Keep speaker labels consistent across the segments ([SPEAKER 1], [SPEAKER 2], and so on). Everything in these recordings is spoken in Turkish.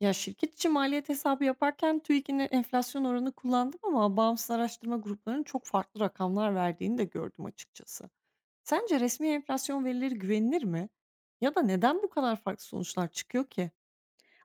[SPEAKER 1] Ya, şirket için maliyet hesabı yaparken TÜİK'in enflasyon oranı kullandım ama bağımsız araştırma gruplarının çok farklı rakamlar verdiğini de gördüm açıkçası. Sence resmi enflasyon verileri güvenilir mi? Ya da neden bu kadar farklı sonuçlar çıkıyor ki?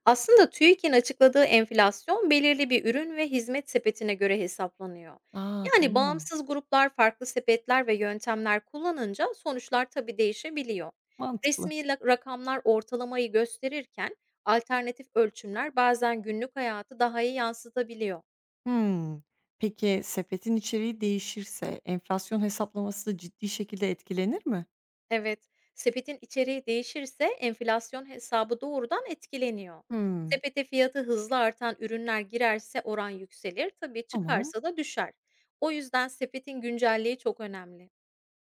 [SPEAKER 2] Aslında TÜİK'in açıkladığı enflasyon belirli bir ürün ve hizmet sepetine göre hesaplanıyor.
[SPEAKER 1] Aa,
[SPEAKER 2] Yani
[SPEAKER 1] tamam.
[SPEAKER 2] bağımsız gruplar farklı sepetler ve yöntemler kullanınca sonuçlar tabii değişebiliyor.
[SPEAKER 1] Mantıklı.
[SPEAKER 2] Resmi rakamlar ortalamayı gösterirken alternatif ölçümler bazen günlük hayatı daha iyi yansıtabiliyor.
[SPEAKER 1] Hmm. Peki sepetin içeriği değişirse enflasyon hesaplaması da ciddi şekilde etkilenir mi?
[SPEAKER 2] Evet, sepetin içeriği değişirse enflasyon hesabı doğrudan etkileniyor.
[SPEAKER 1] Hmm.
[SPEAKER 2] Sepete fiyatı hızlı artan ürünler girerse oran yükselir, tabii
[SPEAKER 1] Tamam.
[SPEAKER 2] çıkarsa da düşer. O yüzden sepetin güncelliği çok önemli.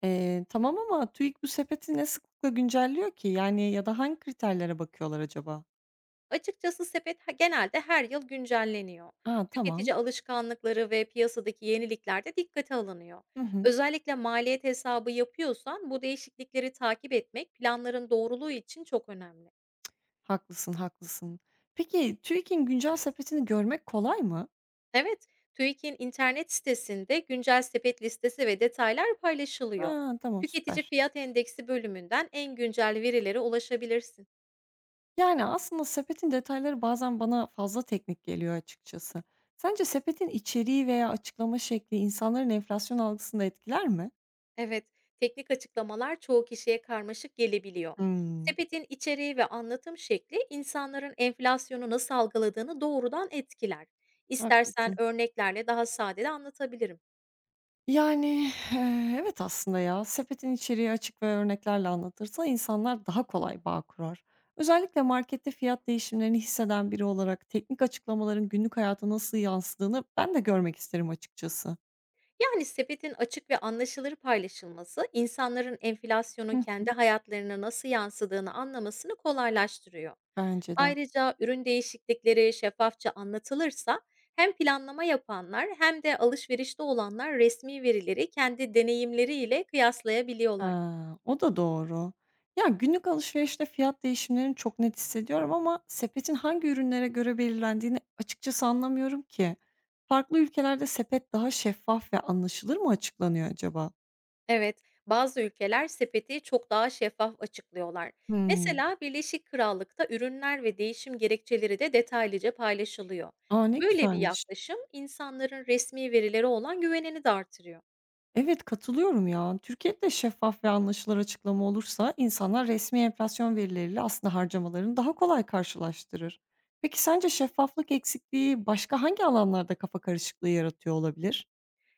[SPEAKER 1] Tamam ama TÜİK bu sepeti ne sıklıkla güncelliyor ki? Yani ya da hangi kriterlere bakıyorlar acaba?
[SPEAKER 2] Açıkçası sepet genelde her yıl güncelleniyor.
[SPEAKER 1] A, tamam.
[SPEAKER 2] Tüketici alışkanlıkları ve piyasadaki yenilikler de dikkate alınıyor.
[SPEAKER 1] Hı hı.
[SPEAKER 2] Özellikle maliyet hesabı yapıyorsan bu değişiklikleri takip etmek planların doğruluğu için çok önemli.
[SPEAKER 1] Haklısın, haklısın. Peki, TÜİK'in güncel sepetini görmek kolay mı?
[SPEAKER 2] Evet, TÜİK'in internet sitesinde güncel sepet listesi ve detaylar paylaşılıyor.
[SPEAKER 1] Ha, tamam,
[SPEAKER 2] Tüketici
[SPEAKER 1] süper.
[SPEAKER 2] Fiyat Endeksi bölümünden en güncel verilere ulaşabilirsin.
[SPEAKER 1] Yani, aslında sepetin detayları bazen bana fazla teknik geliyor açıkçası. Sence sepetin içeriği veya açıklama şekli insanların enflasyon algısını da etkiler mi?
[SPEAKER 2] Evet, teknik açıklamalar çoğu kişiye karmaşık gelebiliyor.
[SPEAKER 1] Hımm,
[SPEAKER 2] Sepetin içeriği ve anlatım şekli insanların enflasyonu nasıl algıladığını doğrudan etkiler.
[SPEAKER 1] haklısın.
[SPEAKER 2] İstersen örneklerle daha sade de anlatabilirim.
[SPEAKER 1] Yani, evet aslında ya. Sepetin içeriği açık ve örneklerle anlatırsa insanlar daha kolay bağ kurar. Özellikle markette fiyat değişimlerini hisseden biri olarak teknik açıklamaların günlük hayata nasıl yansıdığını ben de görmek isterim açıkçası.
[SPEAKER 2] Yani sepetin açık ve anlaşılır paylaşılması, insanların
[SPEAKER 1] Hı
[SPEAKER 2] enflasyonun
[SPEAKER 1] hı.
[SPEAKER 2] kendi hayatlarına nasıl yansıdığını anlamasını kolaylaştırıyor.
[SPEAKER 1] Bence de.
[SPEAKER 2] Ayrıca ürün değişiklikleri şeffafça anlatılırsa hem planlama yapanlar hem de alışverişte olanlar resmi verileri kendi deneyimleriyle kıyaslayabiliyorlar.
[SPEAKER 1] Ha, o da doğru. Ya, günlük alışverişte fiyat değişimlerini çok net hissediyorum ama sepetin hangi ürünlere göre belirlendiğini açıkçası anlamıyorum ki. Farklı ülkelerde sepet daha şeffaf ve anlaşılır mı açıklanıyor acaba?
[SPEAKER 2] Evet, bazı ülkeler sepeti çok daha şeffaf açıklıyorlar.
[SPEAKER 1] Hıı.
[SPEAKER 2] Mesela Birleşik Krallık'ta ürünler ve değişim gerekçeleri de detaylıca paylaşılıyor.
[SPEAKER 1] A, ne
[SPEAKER 2] Böyle bir
[SPEAKER 1] güzelmiş.
[SPEAKER 2] yaklaşım insanların resmi verilere olan güvenini de artırıyor.
[SPEAKER 1] Evet, katılıyorum ya. Türkiye'de şeffaf ve anlaşılır açıklama olursa insanlar resmi enflasyon verileriyle aslında harcamalarını daha kolay karşılaştırır. Peki sence şeffaflık eksikliği başka hangi alanlarda kafa karışıklığı yaratıyor olabilir?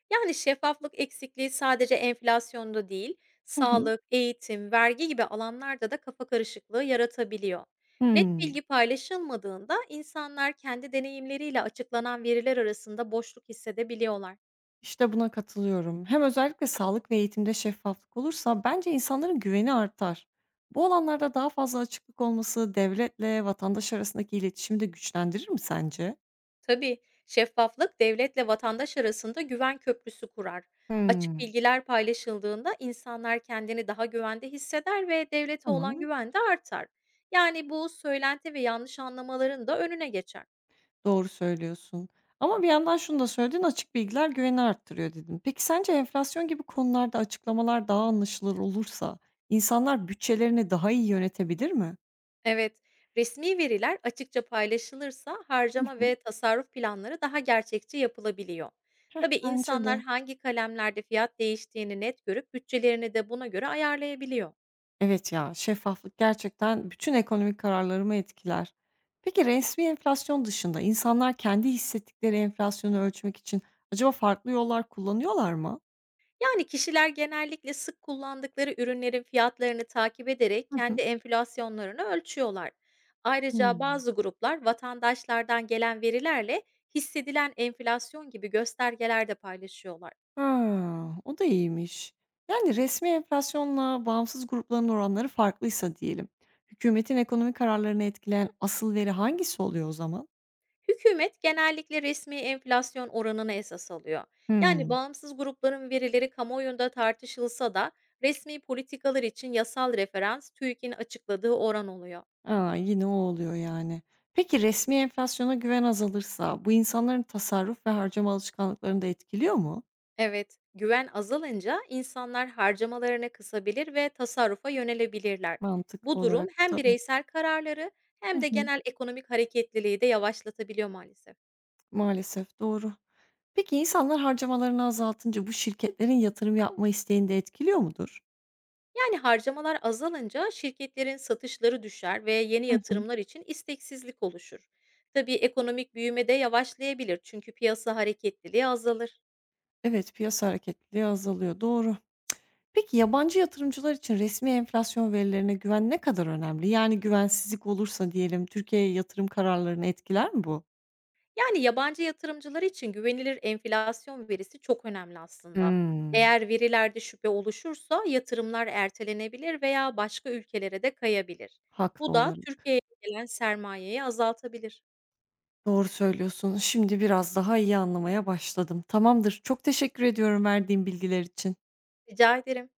[SPEAKER 2] Yani şeffaflık eksikliği sadece enflasyonda değil,
[SPEAKER 1] Hı hı.
[SPEAKER 2] sağlık, eğitim, vergi gibi alanlarda da kafa karışıklığı yaratabiliyor. Net
[SPEAKER 1] Hımm,
[SPEAKER 2] bilgi paylaşılmadığında insanlar kendi deneyimleriyle açıklanan veriler arasında boşluk hissedebiliyorlar.
[SPEAKER 1] işte buna katılıyorum. Hem özellikle sağlık ve eğitimde şeffaflık olursa bence insanların güveni artar. Bu alanlarda daha fazla açıklık olması devletle vatandaş arasındaki iletişimi de güçlendirir mi sence?
[SPEAKER 2] Tabii, şeffaflık devletle vatandaş arasında güven köprüsü kurar. Açık
[SPEAKER 1] Hımm,
[SPEAKER 2] bilgiler paylaşıldığında insanlar kendini daha güvende hisseder ve devlete olan
[SPEAKER 1] tamam.
[SPEAKER 2] güven de artar. Yani bu söylenti ve yanlış anlamaların da önüne geçer.
[SPEAKER 1] Doğru söylüyorsun. Ama bir yandan şunu da söyledin, "Açık bilgiler güveni arttırıyor." dedin. Peki sence enflasyon gibi konularda açıklamalar daha anlaşılır olursa insanlar bütçelerini daha iyi yönetebilir mi?
[SPEAKER 2] Evet, resmi veriler açıkça paylaşılırsa
[SPEAKER 1] Hı
[SPEAKER 2] harcama
[SPEAKER 1] hı.
[SPEAKER 2] ve tasarruf planları daha gerçekçi yapılabiliyor.
[SPEAKER 1] Heh.
[SPEAKER 2] Tabii
[SPEAKER 1] Bence de.
[SPEAKER 2] insanlar hangi kalemlerde fiyat değiştiğini net görüp bütçelerini de buna göre ayarlayabiliyor.
[SPEAKER 1] Evet ya, şeffaflık gerçekten bütün ekonomik kararlarımı etkiler. Peki resmi enflasyon dışında insanlar kendi hissettikleri enflasyonu ölçmek için acaba farklı yollar kullanıyorlar mı?
[SPEAKER 2] Yani kişiler genellikle sık kullandıkları ürünlerin fiyatlarını takip ederek
[SPEAKER 1] Hı hı.
[SPEAKER 2] kendi enflasyonlarını ölçüyorlar.
[SPEAKER 1] Hıı.
[SPEAKER 2] Ayrıca bazı gruplar vatandaşlardan gelen verilerle hissedilen enflasyon gibi göstergeler de paylaşıyorlar.
[SPEAKER 1] Ha, o da iyiymiş. Yani resmi enflasyonla bağımsız grupların oranları farklıysa diyelim. Hükümetin ekonomik kararlarını etkileyen asıl veri hangisi oluyor o zaman?
[SPEAKER 2] Hükümet genellikle resmi enflasyon oranını esas alıyor. Yani
[SPEAKER 1] Hmm.
[SPEAKER 2] bağımsız grupların verileri kamuoyunda tartışılsa da resmi politikalar için yasal referans TÜİK'in açıkladığı oran oluyor.
[SPEAKER 1] Aa, yine o oluyor yani. Peki resmi enflasyona güven azalırsa bu insanların tasarruf ve harcama alışkanlıklarını da etkiliyor mu?
[SPEAKER 2] Evet, güven azalınca insanlar harcamalarını kısabilir ve tasarrufa yönelebilirler.
[SPEAKER 1] Mantıklı
[SPEAKER 2] Bu durum
[SPEAKER 1] olarak
[SPEAKER 2] hem
[SPEAKER 1] tabii.
[SPEAKER 2] bireysel kararları
[SPEAKER 1] Hı
[SPEAKER 2] hem de
[SPEAKER 1] hı,
[SPEAKER 2] genel ekonomik hareketliliği de yavaşlatabiliyor maalesef.
[SPEAKER 1] maalesef doğru. Peki insanlar harcamalarını azaltınca bu şirketlerin yatırım yapma isteğini de etkiliyor mudur?
[SPEAKER 2] Yani harcamalar azalınca şirketlerin satışları düşer ve yeni
[SPEAKER 1] Hı hı.
[SPEAKER 2] yatırımlar için isteksizlik oluşur. Tabii ekonomik büyüme de yavaşlayabilir çünkü piyasa hareketliliği azalır.
[SPEAKER 1] Evet, piyasa hareketliliği azalıyor. Doğru. Peki yabancı yatırımcılar için resmi enflasyon verilerine güven ne kadar önemli? Yani güvensizlik olursa diyelim Türkiye'ye yatırım kararlarını etkiler mi bu?
[SPEAKER 2] Yani, yabancı yatırımcılar için güvenilir enflasyon verisi çok önemli aslında.
[SPEAKER 1] Hmm.
[SPEAKER 2] Eğer verilerde şüphe oluşursa yatırımlar ertelenebilir veya başka ülkelere de kayabilir.
[SPEAKER 1] Haklı
[SPEAKER 2] Bu da
[SPEAKER 1] olarak.
[SPEAKER 2] Türkiye'ye gelen sermayeyi azaltabilir.
[SPEAKER 1] Doğru söylüyorsun. Şimdi biraz daha iyi anlamaya başladım. Tamamdır. Çok teşekkür ediyorum verdiğin bilgiler için.
[SPEAKER 2] Rica ederim.